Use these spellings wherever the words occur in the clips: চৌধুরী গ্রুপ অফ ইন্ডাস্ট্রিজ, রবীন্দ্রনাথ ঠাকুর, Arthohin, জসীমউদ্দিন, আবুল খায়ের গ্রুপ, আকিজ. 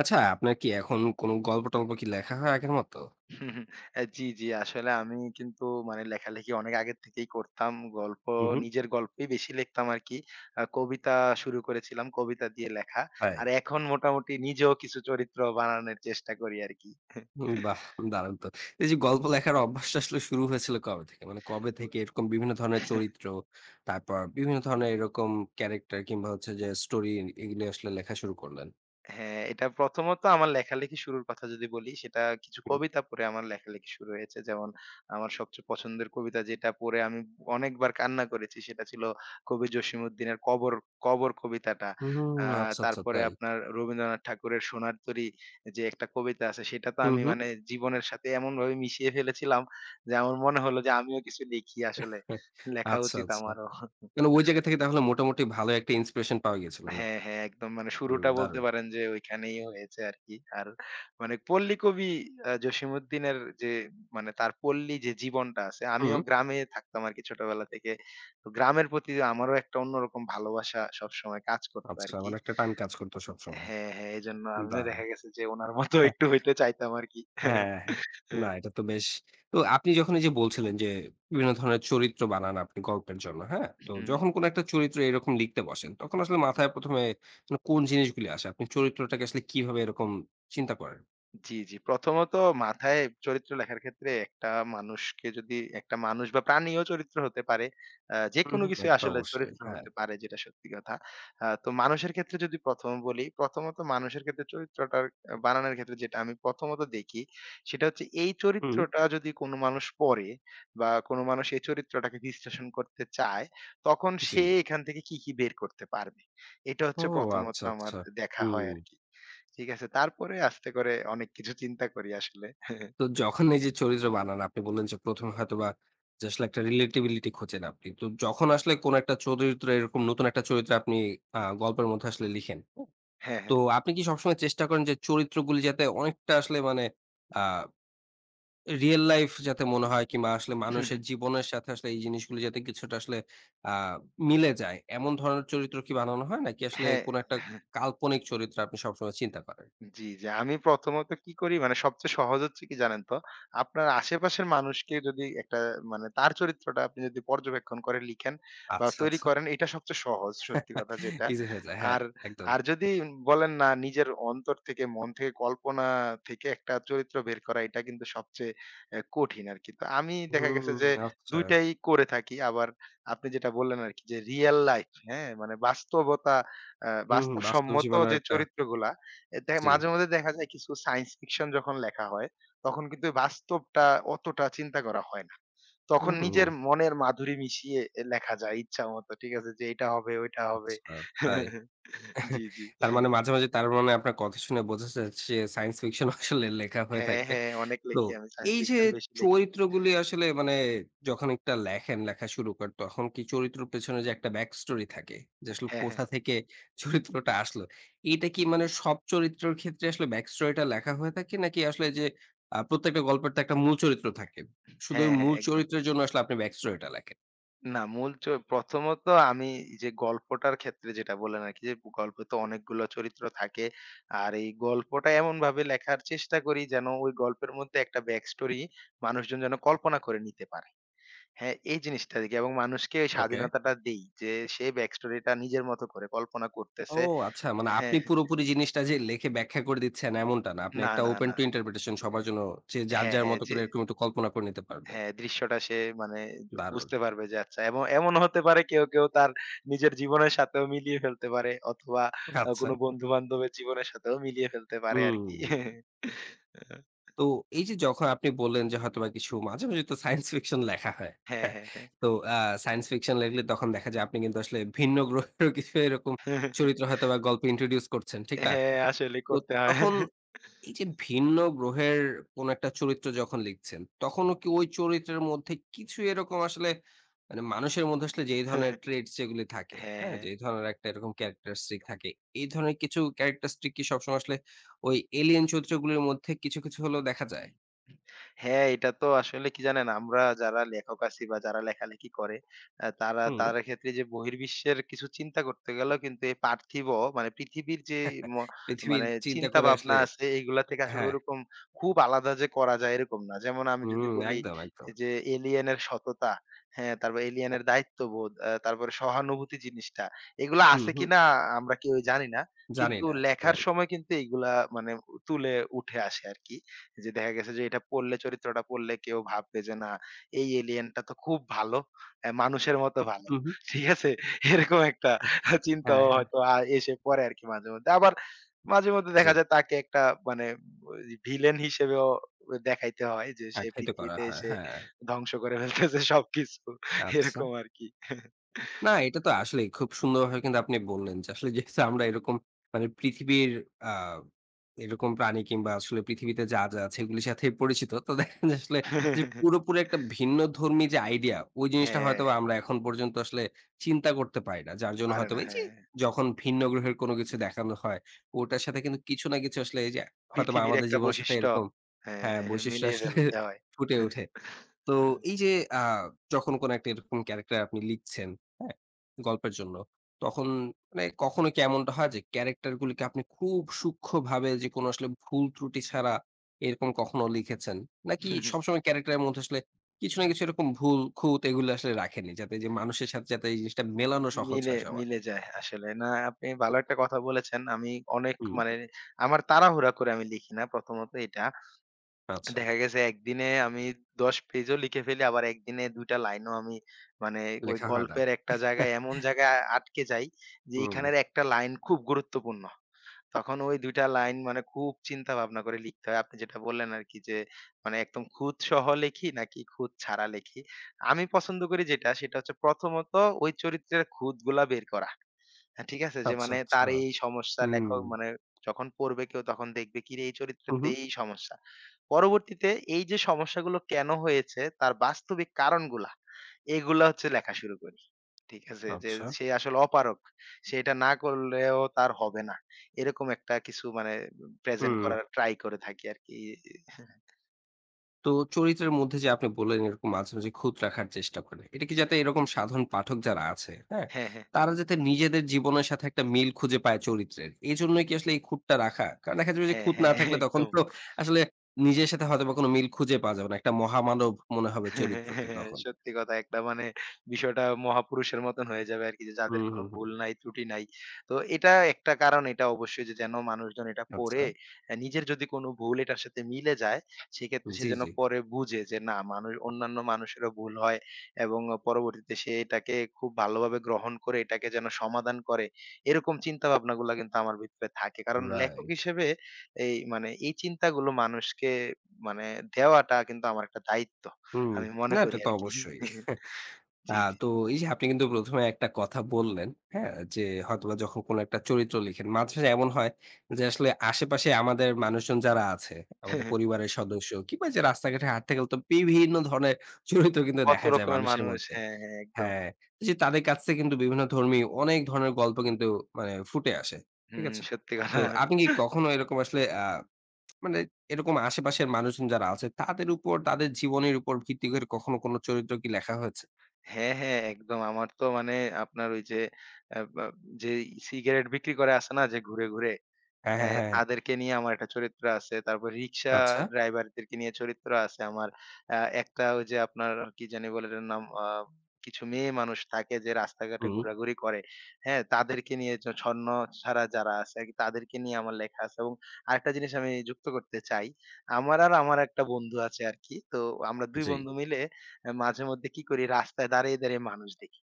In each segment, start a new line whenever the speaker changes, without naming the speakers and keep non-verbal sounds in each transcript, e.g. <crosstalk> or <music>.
আচ্ছা, আপনার কি এখন কোনো গল্প-টল্প কি লেখা হয় আগের মতো?
জি, জি। আসলে আমি কিন্তু মানে লেখালেখি অনেক আগের থেকেই করতাম। গল্প
হু, হু।
নিজের গল্পই বেশি লিখতাম আরকি। কবিতা শুরু করেছিলাম, কবিতা দিয়ে লেখা।
তাই?
আর এখন মোটামুটি নিজেও কিছু চরিত্র বানানোর চেষ্টা করি আরকি।
বাহ! দারুণ তো। এই যে গল্প লেখার অভ্যাসটা আসলে শুরু হয়েছিল কবে থেকে? মানে কবে থেকে এরকম বিভিন্ন ধরনের চরিত্র, তারপর বিভিন্ন ধরনের এরকম ক্যারেক্টার কিংবা হচ্ছে যে স্টোরি এগুলো আসলে লেখা শুরু করলেন?
হ্যাঁ, এটা প্রথমত আমার লেখালেখি শুরুর কথা যদি বলি, সেটা কিছু
হুম।
কবিতা পড়ে আমার লেখালেখি শুরু হয়েছে। যেমন আমার সবচেয়ে পছন্দের কবিতা যেটা পড়ে আমি অনেকবার কান্না করেছি সেটা ছিল কবি জসীমউদ্দিনের কবর, কবর কবিতাটা।
হুম,
আ
আচ্ছা, আচ্ছা
তারপরে
তাই।
আপনার রবীন্দ্রনাথ ঠাকুরের সোনার তরী যে একটা কবিতা আছে সেটা তো
হুম,
আমি
হুম।
মানে জীবনের সাথে এমনভাবে মিশিয়ে ফেলেছিলাম যে আমার মনে হলো যে আমিও কিছু লিখি আসলে। লেখা
আচ্ছা,
উচিত
আচ্ছা।
আমারও।
মানে ওই জায়গা থেকে তাহলে মোটামুটি ভালো একটা ইন্সপিরেশন পাওয়া গিয়েছিল
হ্যাঁ,
নাকি?
হ্যাঁ, একদম মানে
হুম,
শুরুটা বলতে
দারুণ।
পারেন যে ওইখানেই হয়েছে আরকি। আর মানে পল্লী কবি জসীমউদ্দিনের যে মানে তার পল্লী যে জীবনটা আছে, আমিও
হুম,
গ্রামে থাকতাম আরকি ছোটবেলা থেকে। তো গ্রামের প্রতি আমারও একটা অন্যরকম ভালোবাসা সবসময় কাজ করতো
আচ্ছা
আরকি।
মানে একটা টান কাজ করতো সবসময়।
হ্যাঁ, হ্যাঁ, এজন্য আমিও
দারুণ।
দেখা গেছে যে উনার মতো একটু হইতে চাইতাম আরকি। <laughs>
হ্যাঁ, হ্যাঁ। না
হ্যাঁ,
এটা তো বেশ। তো আপনি যখন এই যে বলছিলেন যে বিভিন্ন ধরনের চরিত্র বানান আপনি গল্পের জন্য, হ্যাঁ? তো
হুম।
যখন কোন একটা চরিত্র এরকম লিখতে বসেন তখন আসলে মাথায় ১ম এ মানে কোন জিনিসগুলি আসে? আপনি চরিত্রটাকে আসলে কিভাবে এরকম চিন্তা করেন?
জি, জি। প্রথমত মাথায় চরিত্র লেখার ক্ষেত্রে একটা মানুষকে যদি একটা মানুষ বা প্রাণীও চরিত্র হতে পারে।
হুম,
যেকোনো
হুম।
কিছুই
এটা তো
আসলে
অবশ্যই।
চরিত্র
হ্যাঁ।
হতে পারে যেটা সত্যি কথা। তো মানুষের ক্ষেত্রে যদি ১ম বলি, প্রথমত মানুষের ক্ষেত্রে চরিত্রটার বানানোর ক্ষেত্রে যেটা আমি প্রথমত দেখি সেটা হচ্ছে এই
হুম,
চরিত্রটা যদি কোনো মানুষ পড়ে বা কোনো মানুষ এই চরিত্রটাকে বিশ্লেষণ করতে চায়, তখন
জি।
সে এখান থেকে কি, কি বের করতে পারবে। এটা
ও
হচ্ছে প্রথমত
আচ্ছা,
আমার
আচ্ছা।
দেখা হয়
হুম।
আরকি। ঠিক আছে। তারপরে আস্তে করে অনেক কিছু চিন্তা করি আসলে। <laughs>
তো যখন এই যে চরিত্র বানান আপনি বললেন যে ১ম এ হয়তোবা যে আসলে একটা relatability খোঁজেন আপনি। তো যখন আসলে কোন একটা চরিত্র এরকম নতুন একটা চরিত্র আপনি গল্পের মধ্যে আসলে লিখেন।
হ্যাঁ,
তো
হ্যাঁ।
আপনি কি সবসময় চেষ্টা করেন যে চরিত্রগুলি যাতে অনেকটা আসলে মানে আ রিয়াল লাইফ যাতে মনে হয় কিংবা আসলে মানুষের
<laughs>
জীবনের সাথে আসলে এই জিনিসগুলি যাতে কিছুটা আসলে আ মিলে যায়, এমন ধরনের চরিত্র কি বানানো হয়? নাকি আসলে
হ্যাঁ,
কোন একটা
হ্যাঁ।
কাল্পনিক চরিত্র আপনি সবসময় চিন্তা করেন?
জি, জি। আমি প্রথমত কি করি মানে সবচেয়ে সহজ হচ্ছে কি জানেন তো? আপনার আশেপাশের মানুষকে যদি একটা মানে তার চরিত্রটা আপনি যদি পর্যবেক্ষণ করে লিখেন বা
আচ্ছা,
তৈরি
আচ্ছা।
করেন এটা সবচেয়ে সহজ সত্যি কথা যেটা।
ইজি হয়ে যায়। হ্যাঁ,
আর,
একদম।
আর যদি বলেন না নিজের অন্তর থেকে মন থেকে কল্পনা থেকে একটা চরিত্র বের করা এটা কিন্তু সবচেয়ে কঠিন আরকি। তো আমি দেখা গেছে
হুম,
যে
আচ্ছা।
২ টাই করে থাকি। আবার আপনি যেটা বললেন আরকি যে রিয়াল লাইফ হ্যাঁ? মানে বাস্তবতা
হুম, হুম, বাস্তব
বাস্তবসম্মত
জীবনের
যে
একটা।
চরিত্রগুলা এ দে
জি।
মাঝে মধ্যে দেখা যায় কিছু সায়েন্স ফিকশন যখন লেখা হয়, তখন কিন্তু বাস্তবটা অতটা চিন্তা করা হয় না। তখন
হুম,
নিজের মনের মাধুরী মিশিয়ে লেখা যায় ইচ্ছামতো। ঠিক আছে? যে এটা হবে, ওইটা হবে।
আচ্ছা তাই।
<laughs> জি, জি।
তার মানে মাঝে, মাঝে তার মানে আপনার কথা শুনে বোঝা যাচ্ছে যে সায়েন্স ফিকশন <laughs> আসলে লেখা হয়ে
হ্যাঁ,
থাকে।
হ্যাঁ, অনেক
তো
লিখি আমি সায়েন্স
এই যে
ফিকশন বেশি লিখি।
চরিত্রগুলি আসলে মানে যখন একটা লেখেন, লেখা শুরু করেন তখন কি চরিত্রের পেছনে যে একটা ব্যাক স্টোরি থাকে যে আসলে
হ্যাঁ, হ্যাঁ।
কোথা থেকে <laughs> চরিত্রটা আসলো। এটা কি মানে সব চরিত্রের ক্ষেত্রে আসলে ব্যাক স্টোরিটা লেখা হয়ে থাকে নাকি আসলে যে প্রত্যেকটা গল্পের তো একটা মূল চরিত্র থাকে। শুধু ওই
হ্যাঁ, হ্যাঁ,
মূল
একদম।
চরিত্রের জন্য আসলে আপনি ব্যাক স্টোরিটা লেখেন?
না, মূল চ প্রথমত আমি যে গল্পটার ক্ষেত্রে যেটা বললেন আরকি যে গল্পে তো অনেকগুলো চরিত্র থাকে। আর এই গল্পটা এমনভাবে লেখার চেষ্টা করি যেন ওই গল্পের মধ্যে একটা ব্যাক স্টোরি মানুষজন যেন কল্পনা করে নিতে পারে। হ্যাঁ, এই জিনিসটা দেখি এবং মানুষকে ওই
ওকে।
স্বাধীনতাটা দেই যে সে ব্যাক স্টোরিটা নিজের মতো করে কল্পনা
ও
করতেছে।
আচ্ছা মানে আপনি
হ্যাঁ, হ্যাঁ।
পুরোপুরি জিনিসটা যে লেখে ব্যাখ্যা করে দিচ্ছেন এমনটা না। আপনি
না,
একটা
না,
ওপেন
না।
টু ইন্টারপ্রিটেশন সবার জন্য যে যার,
হ্যাঁ,
যার
হ্যাঁ।
মতো
যে
করে এরকম একটু কল্পনা করে নিতে পারবে।
হ্যাঁ, দৃশ্যটা সে মানে
দারুণ!
বুঝতে পারবে যে আচ্ছা এমন এমনও হতে পারে কেউ, কেউ তার নিজের জীবনের সাথেও মিলিয়ে ফেলতে পারে অথবা
আচ্ছা।
কোনো বন্ধু-বান্ধবের জীবনের সাথেও মিলিয়ে ফেলতে পারে আরকি।
হুম। তো এই যে যখন আপনি বললেন যে হয়তোবা কিছু মাঝে, মাঝে তো সায়েন্স ফিকশন লেখা হয়।
হ্যাঁ, হ্যাঁ, হ্যাঁ।
তো আ সায়েন্স ফিকশন লেখলে তখন দেখা যায় আপনি কিন্তু আসলে ভিন্ন গ্রহেরও কিছু এরকম চরিত্র হয়তোবা গল্পে ইন্ট্রোডিউস করছেন। ঠিক না?
হ্যাঁ, আসলে
তো
করতে হয়।
তখন এই যে ভিন্ন গ্রহের কোন একটা চরিত্র যখন লিখছেন, তখনও কি ওই চরিত্রের মধ্যে কিছু এরকম আসলে মানে মানুষের মধ্যে আসলে যেই ধরনের ট্রেটস যেগুলি থাকে,
হ্যাঁ,
হ্যাঁ?
হ্যাঁ।
যেই ধরনের একটা এরকম ক্যারেক্টারিস্টিক থাকে, এই ধরনের কিছু ক্যারেক্টারিস্টিক কি সবসময় আসলে ওই এলিয়েন চরিত্রগুলির মধ্যে কিছু, কিছু হলেও দেখা যায়?
হ্যাঁ, এটা তো আসলে কি জানেন? আমরা যারা লেখক আছি বা যারা লেখালেখি করে, তারা
হুম।
তাদের ক্ষেত্রে যে বহির্বিশ্বের কিছু চিন্তা করতে গেলেও কিন্তু এই পার্থিব মানে পৃথিবীর যে ম
<laughs> পৃথিবীর
মানে
চিন্তা
চিন্তা
করে
ভাবনা
আসলে।
আছে এইগুলা থেকে আসলে
হ্যাঁ,
ওরকম খুব আলাদা যে করা যায় এরকম না। যেমন আমি যদি
হুম,
বলি
একদম, একদম।
যে এলিয়েন এর সততা, হ্যাঁ, তারপর এলিয়েন এর দায়িত্ববোধ, তারপরে সহানুভূতি জিনিসটা। এগুলা
হুম,
আছে
হুম।
কিনা আমরা কেউ জানি না।
জানি
কিন্তু
না।
লেখার
রাইট।
সময় কিন্তু এগুলা মানে তুলে উঠে আসে আরকি। যে দেখা গেছে যে এটা পড়লে চরিত্রটা পড়লে কেউ ভাববে যে না এই এলিয়েনটা তো খুব ভালো আহ, মানুষের মতো ভালো
হুম, হুম।
<laughs> ঠিক আছে এরকম একটা
হ্যাঁ,
চিন্তাও
হ্যাঁ।
হয়তো এসে পড়ে আর কি মাঝে মধ্যে আবার মাঝে মধ্যে
জি।
দেখা যায় তাকে একটা মানে ভিলেন হিসেবেও দেখাইতে হয় যে সে
আখ্যায়িত করা
পৃথিবীতে
হয়।
এসে
হ্যাঁ,
ধ্বংস করে ফেলতেছে সবকিছু
আচ্ছা।
এরকম আর কি
না, এটা তো আসলেই খুব সুন্দরভাবে কিন্তু আপনি বললেন যে আসলে যেহেতু আমরা এরকম মানে পৃথিবীর আ এরকম প্রাণী কিংবা আসলে পৃথিবীতে যা, যা আছে এগুলির সাথে পরিচিত। তো দেখেন যে আসলে যে
<laughs>
পুরোপুরি একটা ভিন্নধর্মী যে আইডিয়া ওই জিনিসটা
হ্যাঁ
হয়তোবা আমরা এখন পর্যন্ত আসলে চিন্তা করতে পারি না। যার জন্য
পারে না
হয়তোবা এই যে
হ্যাঁ
যখন ভিন্ন গ্রহের কোনো কিছু দেখানো হয়, ওটার সাথে কিন্তু কিছু না কিছু আসলে এই যে হয়তোবা
পৃথিবীর
আমাদের
একটা
জীবনের সাথে
বৈশিষ্ট্য।
এরকম হ্যাঁ,
হ্যাঁ,
বৈশিষ্ট্য
মিলিয়ে
আসলে
ফেলতে হয়।
ফুটে ওঠে। তো এই যে আ যখন কোনো একটা এরকম ক্যারাক্টার আপনি লিখছেন, হ্যাঁ? গল্পের জন্য, তখন মানে কখনো কি এমনটা হয় যে ক্যারাক্টার গুলিকে আপনি খুব সূক্ষ্মভাবে যে কোনো আসলে ভুল ত্রুটি ছাড়া এরকম কখনো লিখেছেন? নাকি সবসময় ক্যারাক্টার এর মধ্যে আসলে কিছু না কিছু এরকম ভুল, খুঁত এগুলো আসলে রাখেননি? যাতে যে মানুষের সাথে যাতে এই জিনিসটা মেলানো সহজ
মিলে,
হয় সবার?
মিলে যায় আসলে। না আপনি ভালো একটা কথা বলেছেন। আমি অনেক
হুম,
মানে আমার তাড়াহুড়া করে আমি লিখি না প্রথমত এটা।
আচ্ছা।
দেখা গেছে একদিনে আমি ১০ পেজও লিখে ফেলি। আবার একদিনে ২ টা লাইনও আমি মানে ওই
লেখা হয় না।
গল্পের একটা জায়গায়
<laughs>
এমন জায়গায় আটকে যাই যে
হুম,
এখানের একটা লাইন খুব গুরুত্বপূর্ণ। তখন ওই ২ টা লাইন মানে খুব চিন্তা ভাবনা করে লিখতে হয়। আপনি যেটা বললেন আরকি যে মানে একদম খুঁতসহ লেখি নাকি খুঁত ছাড়া লেখি। আমি পছন্দ করি যেটা সেটা হচ্ছে প্রথমত ওই চরিত্রের খুঁতগুলা বের করা। হ্যাঁ, ঠিক আছে? যে
আচ্ছা,
মানে
আচ্ছা।
তার এই সমস্যা
হুম,
লেখক মানে যখন পড়বে কেউ তখন দেখবে কিরে এই
হু,
চরিত্রের তো
হু,
এই সমস্যা। পরবর্তীতে এই যে সমস্যাগুলো কেন হয়েছে তার বাস্তবিক কারণগুলা, এগুলা হচ্ছে লেখা শুরু করি। ঠিক আছে? যে
আচ্ছা।
সে আসলে অপারগ। সে এটা না করলেও তার হবে না। এরকম একটা কিছু মানে প্রেজেন্ট
হুম।
করার ট্রাই করে থাকি আরকি।
তো চরিত্রের মধ্যে যে আপনি বললেন এরকম মাঝে, মাঝে খুঁত রাখার চেষ্টা করেন। এটা কি যাতে এরকম সাধারণ পাঠক যারা আছে, হ্যাঁ?
হ্যাঁ, হ্যাঁ।
তারা যাতে নিজেদের জীবনের সাথে একটা মিল খুঁজে পায় চরিত্রের। এজন্যই কি আসলে এই খুঁতটা রাখা? কারণ দেখা যাবে যে
হ্যাঁ,
খুঁত না
হ্যাঁ,
থাকলে তখন
একদম।
তো আসলে নিজের সাথে হয়তোবা কোনো মিল খুঁজে পাওয়া যাবে না। একটা মহামানব মনে হবে
<laughs>
চরিত্রকে
হ্যাঁ,
তখন।
সত্যি কথা একটা মানে বিষয়টা মহাপুরুষের মতন হয়ে যাবে আরকি যে যাদের
হুম,
কোনো
হুম, হুম।
ভুল নাই, ত্রুটি নাই। তো এটা একটা কারণ এটা অবশ্যই যে যেন মানুষজন এটা পড়ে
আচ্ছা।
নিজের যদি কোনো ভুল এটার সাথে মিলে যায়, সেক্ষেত্রে সে
জি,
যেন
জি।
পরে বুঝে যে না মানুষ অন্যান্য মানুষেরও ভুল হয় এবং পরবর্তীতে সে এটাকে খুব ভালোভাবে গ্রহণ করে এটাকে যেন সমাধান করে। এরকম চিন্তা ভাবনাগুলা কিন্তু আমার ভিতরে থাকে। কারণ লেখক
রাইট।
হিসেবে এই চিন্তাগুলো মানুষকে মানে দেওয়াটা কিন্তু আমার একটা দায়িত্ব।
হুম।
আমি মনে
না
করি
এটা তো
আরকি।
অবশ্যই। আ
জি, জি।
তো এই যে আপনি কিন্তু ১ম এ একটা কথা বললেন, হ্যাঁ? যে হয়তোবা যখন কোনো একটা চরিত্র লিখেন, মাঝে, মাঝে এমন হয় যে আসলে আশেপাশে আমাদের মানুষজন যারা আছে, আমাদের পরিবারের সদস্য কিংবা যে রাস্তাঘাটে হাঁটতে গেলে তো বিভিন্ন ধরনের চরিত্র কিন্তু
কত
দেখা যায়
রকমের
মানুষের
মানুষ
মধ্যে।
হ্যাঁ, হ্যাঁ, একদম।
হ্যাঁ, তো যে তাদের কাছ থেকে কিন্তু বিভিন্ন ধর্মী অনেক ধরনের গল্প কিন্তু মানে ফুটে আসে। ঠিক
হুম,
আছে?
সত্যি
তো
কথা।
আপনি কি কখনো এরকম আসলে মানে এরকম আশেপাশের মানুষজন যারা আছে তাদের উপর, তাদের জীবনের উপর ভিত্তি করে কখনো কোনো চরিত্র কি লেখা হয়েছে?
হ্যাঁ, হ্যাঁ, একদম। আমার তো মানে আপনার ওই যে, বা যে, সিগারেট বিক্রি করে আছে না যে, ঘুরে, ঘুরে?
হ্যাঁ, হ্যাঁ,
হ্যাঁ,
হ্যাঁ। হ্যাঁ।
তাদেরকে নিয়ে আমার একটা চরিত্র আছে। তারপর রিক্সা
আচ্ছা।
ড্রাইভারদেরকে নিয়ে চরিত্র আছে আমার। একটা ওই যে আপনার কি জানি বলে এটার নাম? কিছু মেয়ে মানুষ থাকে যে রাস্তাঘাটে
হুম,
ঘোরাঘুরি করে। হ্যাঁ? তাদেরকে নিয়ে ছন্ন ছাড়া যারা আছে আরকি তাদেরকে নিয়ে আমার লেখা আছে এবং আরেকটা জিনিস আমি যুক্ত করতে চাই। আমার আর আমার একটা বন্ধু আছে আরকি। তো আমরা ২
জি।
বন্ধু মিলে মাঝে মধ্যে কি করি? রাস্তায় দাঁড়িয়ে, দাঁড়িয়ে মানুষ দেখি।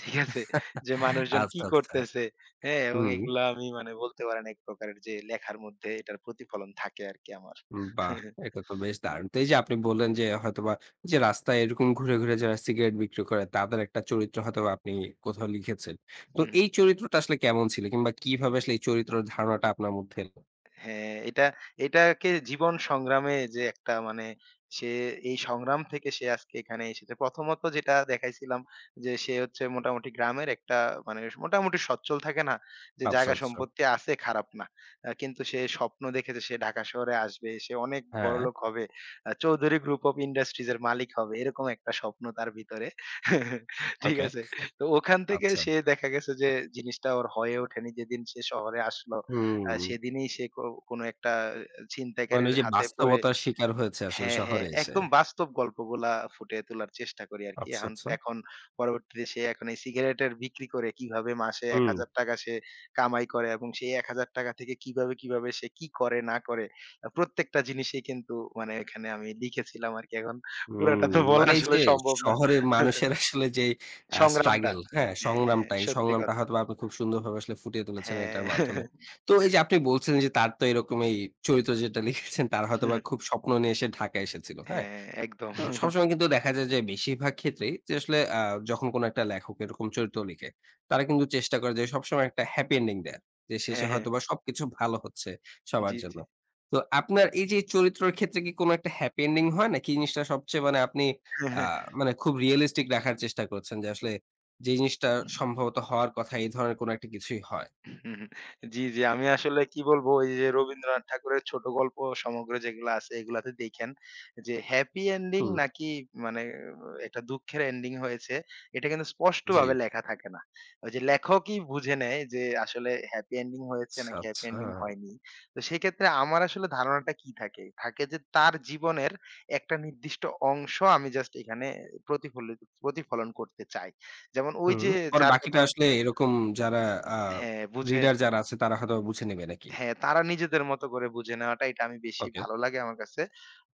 ঠিক আছে? যে মানুষজন কি
আচ্ছা, আচ্ছা।
করতেছে, হ্যাঁ? এবং
হুম,
এগুলা আমি মানে বলতে পারেন এক প্রকারের যে লেখার মধ্যে এটার প্রতিফলন থাকে আরকি আমার।
বাহ!
<laughs>
এটা তো বেশ দারুণ। তো এই যে আপনি বললেন যে হয়তোবা যে রাস্তায় এরকম ঘুরে, ঘুরে যারা সিগারেট বিক্রি করে তাদের একটা চরিত্র হয়তোবা আপনি কোথাও লিখেছেন। তো এই চরিত্রটা আসলে কেমন ছিল? কিংবা কিভাবে আসলে এই চরিত্রের ধারণাটা আপনার মধ্যে এলো?
হ্যাঁ, এটা এটাকে জীবন সংগ্রামে যে একটা মানে সে এই সংগ্রাম থেকে সে আজকে এখানে এসেছে। প্রথমত যেটা দেখাইছিলাম যে সে হচ্ছে মোটামুটি গ্রামের একটা মানে মোটামুটি সচ্ছল থাকে না? যে
আচ্ছা,
জায়গা
আচ্ছা।
সম্পত্তি আছে খারাপ না। কিন্তু সে স্বপ্ন দেখেছে সে ঢাকা শহরে আসবে, সে অনেক
হ্যাঁ,
বড়লোক হবে। চৌধুরী গ্রুপ অফ ইন্ডাস্ট্রিজ এর মালিক হবে। এরকম একটা স্বপ্ন তার ভিতরে। ঠিক
ওকে।
আছে? তো ওখান থেকে
আচ্ছা।
সে দেখা গেছে যে জিনিসটা ওর হয়ে ওঠেনি যেদিন সে শহরে আসলো।
হুম,
সেদিনই সে কোনো একটা
মানে
ছিনতাইকারীর
ওই যে
হাতে পড়ে
বাস্তবতার শিকার হয়েছে আসলে
হ্যাঁ, হ্যাঁ,
শহরে এসে।
একদম বাস্তব গল্পগুলা ফুটিয়ে তোলার চেষ্টা করি আরকি।
আচ্ছা,
এখন
আচ্ছা।
এখন পরবর্তীতে সে এখন এই সিগারেটের বিক্রি করে কিভাবে মাসে
হুম।
৳১,০০০ সে কামাই করে এবং সেই ৳১,০০০ থেকে কিভাবে, কিভাবে সে কি করে না করে প্রত্যেকটা জিনিসেই কিন্তু মানে এখানে আমি লিখেছিলাম আরকি। এখন
হুম,
পুরাটা তো বলা
মানে এই
আসলে
যে
সম্ভব না।
শহরে মানুষের আসলে যেই
সংগ্রামটা।
স্ট্রাগল, হ্যাঁ?
হ্যাঁ, হ্যাঁ,
সংগ্রামটা, এই
সত্যি
সংগ্রামটা
কথা।
হয়তোবা আপনি খুব সুন্দরভাবে আসলে ফুটিয়ে তুলেছেন
হ্যাঁ,
এটার মাধ্যমে। তো এই যে আপনি বলছিলেন যে তার তো এরকম এই চরিত্র যেটা লিখেছেন তার হয়তোবা খুব স্বপ্ন নিয়ে সে ঢাকায় এসেছিল, হ্যাঁ?
হ্যাঁ, একদম।
তো সবসময় কিন্তু দেখা যায় যে বেশিরভাগ ক্ষেত্রেই যে আসলে যখন কোনো একটা লেখক এরকম চরিত্র লিখে, তারা কিন্তু চেষ্টা করে যে সবসময় একটা হ্যাপি এন্ডিং দেয়ার। যে শেষে
হ্যাঁ, হ্যাঁ।
হয়তোবা সবকিছু ভালো হচ্ছে সবার
জি,
জন্য।
জি।
তো আপনার এই যে চরিত্রের ক্ষেত্রে কি কোনো একটা হ্যাপি এন্ডিং হয় নাকি এই জিনিসটা সবচেয়ে মানে আপনি
<laughs> হ্যাঁ,
আ
হ্যাঁ।
মানে খুব রিয়ালিস্টিক রাখার চেষ্টা করছেন যে আসলে যে জিনিসটা সম্ভবত হওয়ার কথা এই ধরনের কোনো একটা কিছুই হয়?
জি, জি। আমি আসলে কি বলবো ওই যে রবীন্দ্রনাথ ঠাকুরের ছোট গল্প সমগ্র যেগুলো আছে এগুলাতে দেখেন যে হ্যাপি এন্ডিং
হুম।
নাকি মানে একটা দুঃখের এন্ডিং হয়েছে এটা কিন্তু
জি।
স্পষ্টভাবে লেখা থাকে না। ওই যে লেখকই বুঝে নেয় যে আসলে হ্যাপি এন্ডিং হয়েছে
আচ্ছা,
নাকি হ্যাপি
আচ্ছা।
এন্ডিং হয়নি। তো সেক্ষেত্রে আমার আসলে ধারণাটা কি থাকে? থাকে যে তার জীবনের একটা নির্দিষ্ট অংশ আমি জাস্ট এখানে প্রতিফলন করতে চাই। যেমন ওই
হুম।
যে
পরে
যার
বাকিটা
কথা
আসলে এরকম যারা আ
হ্যাঁ, বুঝে
রিডার যারা আছে তারা হয়তো বুঝে নেবে নাকি?
হ্যাঁ, তারা নিজেদের মতো করে বুঝে নেওয়াটা এটা আমি বেশি
ওকে।
ভালো লাগে আমার কাছে।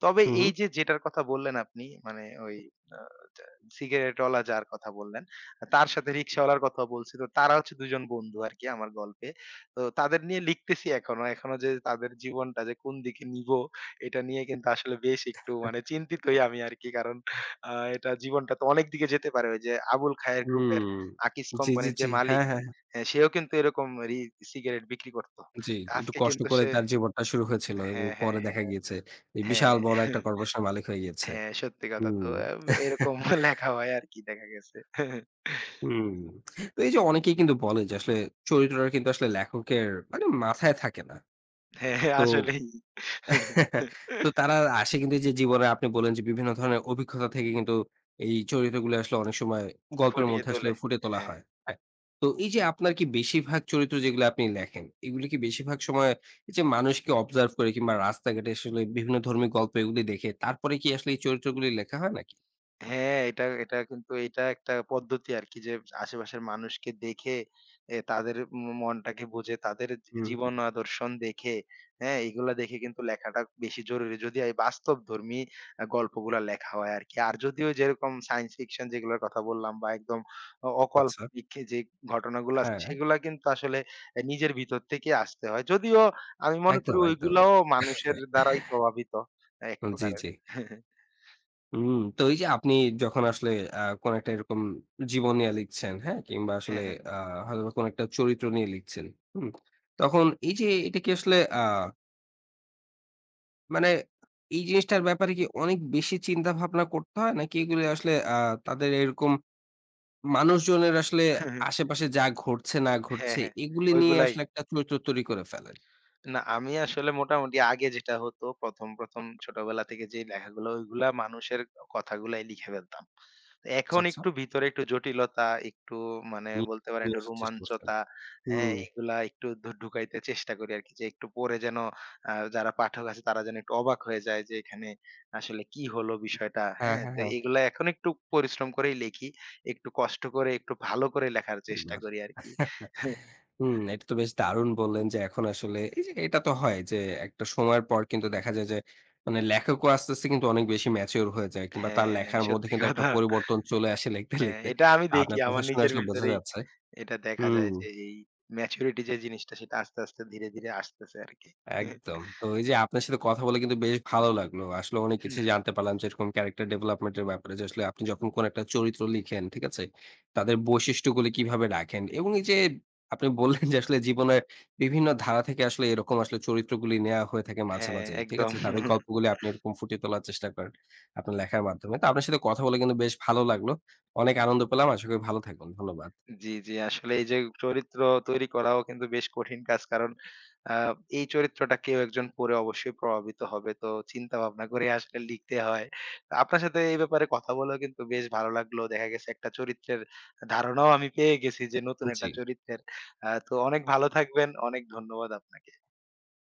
তবে
হু, হু।
এই যে যেটার কথা বললেন আপনি মানে ওই আ টা সিগারেটওয়ালা যার কথা বললেন, তার সাথে রিক্শাওয়ালার কথাও বলছি। তো তারা হচ্ছে ২ জন বন্ধু আরকি আমার গল্পে। তো তাদের নিয়ে লিখতেছি এখনো। এখনো যে তাদের জীবনটা যে কোন দিকে নিবো এটা নিয়ে কিন্তু আসলে বেশ একটু মানে চিন্তিতই আমি আরকি। কারণ এটা জীবনটা তো অনেক দিকে যেতে পারে। ওই যে আবুল খায়ের গ্রুপের
হুম।
আকিজ
জি, জি,
কোম্পানির যে
জি।
মালিক,
হ্যাঁ, হ্যাঁ, হ্যাঁ।
হ্যাঁ, সেও কিন্তু এরকম সিগারেট বিক্রি করত।
জি, একটু
আজকে
কষ্ট
কিন্তু
করে
সে
তার জীবনটা শুরু হয়েছিল এবং
হ্যাঁ, হ্যাঁ,
পরে
হ্যাঁ,
দেখা গিয়েছে এই
হ্যাঁ,
বিশাল বড় একটা
<laughs>
কর্পোরেশনের মালিক হয়ে গিয়েছে।
হ্যাঁ, সত্যি কথা তো
হুম।
এরকম
<laughs>
<laughs> লেখা হয় আরকি দেখা গেছে। <laughs>
হুম। তো এই যে অনেকেই কিন্তু বলে যে আসলে চরিত্রটা কিন্তু আসলে লেখকের মানে মাথায় থাকে না।
হ্যাঁ,
তো
আসলেই
তো তারা
<laughs>
আসে কিন্তু এই যে জীবনে আপনি বললেন যে বিভিন্ন ধরনের অভিজ্ঞতা থেকে কিন্তু এই চরিত্রগুলো আসলে অনেক সময় গল্পের
ফুটিয়ে
মধ্যে আসলে
তোলে।
ফুটে তোলা
হ্যাঁ।
হয়। হ্যাঁ? তো এই যে আপনার কি বেশিরভাগ চরিত্র যেগুলো আপনি লেখেন, এগুলি কি বেশিরভাগ সময় এই যে মানুষকে অবজার্ভ করে কিংবা রাস্তাঘাটে আসলে বিভিন্ন ধর্মী গল্প এগুলি দেখে তারপরে কি আসলে এই চরিত্রগুলি লেখা হয় নাকি?
হ্যাঁ, এটা এটা কিন্তু এটা একটা পদ্ধতি আরকি যে আশেপাশের মানুষকে দেখে তাদের মনটাকে বুঝে তাদের
হুম,
জীবন
হুম।
আদর্শন দেখে, হ্যাঁ? এগুলা দেখে কিন্তু লেখাটা বেশি জরুরি। যদি এই বাস্তবধর্মী গল্পগুলা লেখা হয় আরকি। আর যদিও যেরকম সায়েন্স ফিকশন যেগুলোর কথা বললাম বা একদম
আচ্ছা।
অকাল্পনিক যে ঘটনাগুলো আছে
হ্যাঁ,
সেগুলা কিন্তু আসলে নিজের ভিতর থেকে আসতে হয়। যদিও আমি মনে করি
একদম, একদম।
ওইগুলাও মানুষের দ্বারাই প্রভাবিত এক
জি,
প্রকারের।
জি।
<laughs>
হুম, তো এই যে আপনি যখন আসলে কোন একটা এরকম জীবন নিয়ে লিখছেন, হ্যাঁ? কিংবা আসলে
হ্যাঁ,
আ হয়তোবা কোন একটা চরিত্র নিয়ে লিখছেন, হুম? তখন এই যে এটা কি আসলে মানে এই জিনিসটার ব্যাপারে কি অনেক বেশি চিন্তা ভাবনা করতে হয়? নাকি এগুলো আসলে তাদের এরকম মানুষজনের আসলে
হ্যাঁ।
আশেপাশে যা ঘটছে না
হ্যাঁ,
ঘটছে
হ্যাঁ,
এগুলি নিয়ে
ওইগুলাই।
আসলে একটা চরিত্র তৈরি করে ফেলেন?
না আমি আসলে মোটামুটি আগে যেটা হতো ১ম ছোটবেলা থেকে যে লেখাগুলো ওইগুলা মানুষের কথাগুলাই লিখে ফেলতাম। তো
আচ্ছা,
এখন
আচ্ছা।
একটু ভিতরে একটু জটিলতা, একটু মানে বলতে
নিয়ে
পারেন
নিয়ে
একটু
আসার চেষ্টা করছেন।
রোমাঞ্চতা, হ্যাঁ?
হুম।
এগুলা একটু ঢুকাইতে চেষ্টা করি আরকি। যে একটু পড়ে যেন যারা পাঠক আছে তারা যেন একটু অবাক হয়ে যায় যে এখানে আসলে কি হলো বিষয়টা,
হ্যাঁ,
হ্যাঁ? তো
হ্যাঁ,
এগুলা এখন একটু পরিশ্রম করেই লিখি। একটু কষ্ট করে একটু ভালো করে লেখার চেষ্টা
হ্যাঁ।
করি আরকি।
হুম, এটা তো বেশ দারুণ বললেন যে এখন আসলে এই যে এটা তো হয় যে একটা সময়ের পর কিন্তু দেখা যায় যে মানে লেখকও আস্তে, আস্তে কিন্তু অনেক বেশি ম্যাচিউর হয়ে যায় কিংবা তার
হ্যাঁ,
লেখার মধ্যে
সত্যি
কিন্তু একটা
কথা।
পরিবর্তন চলে আসে লিখতে,
হ্যাঁ,
লিখতে।
এটা আমি দেখি
আপনার কথা
আমার
শুনে
নিজের
আসলে বোঝা
ভেতরেই
যাচ্ছে।
এটা দেখা
হুম।
যায় যে এই ম্যাচুরিটি যে জিনিসটা সেটা আস্তে, আস্তে ধীরে, ধীরে আসতেছে আরকি।
একদম। তো এই যে আপনার সাথে কথা বলে কিন্তু বেশ ভালো লাগলো। আসলে অনেক কিছু জানতে পারলাম যেরকম ক্যারেক্টার ডেভেলপমেন্ট এর ব্যাপারে যে আসলে আপনি যখন কোন একটা চরিত্র লিখেন, ঠিক আছে? তাদের বৈশিষ্ট্যগুলি কিভাবে রাখেন এবং এই যে আপনি বললেন যে আসলে জীবনের বিভিন্ন ধারা থেকে আসলে এরকম আসলে চরিত্রগুলি নেয়া হয়ে থাকে মাঝে,
হ্যাঁ,
মাঝেই। ঠিক
একদম।
আছে? তাদের গল্পগুলি আপনি এরকম ফুটিয়ে তোলার চেষ্টা করেন আপনার লেখার মাধ্যমে। তো আপনার সাথে কথা বলে কিন্তু বেশ ভালো লাগলো। অনেক আনন্দ পেলাম। আশা করি ভালো থাকবেন। ধন্যবাদ।
জি, জি। আসলে এই যে চরিত্র তৈরি করাও কিন্তু বেশ কঠিন কাজ। কারণ আ এই চরিত্রটা কেউ একজন পড়ে অবশ্যই প্রভাবিত হবে। তো চিন্তা ভাবনা করে আসলে লিখতে হয়। আপনার সাথে এই ব্যাপারে কথা বলেও কিন্তু বেশ ভালো লাগলো। দেখা গেছে একটা চরিত্রের ধারণাও আমি পেয়ে গেছি যে নতুন একটা
জি।
চরিত্রের। তো অনেক ভালো থাকবেন। অনেক ধন্যবাদ আপনাকে।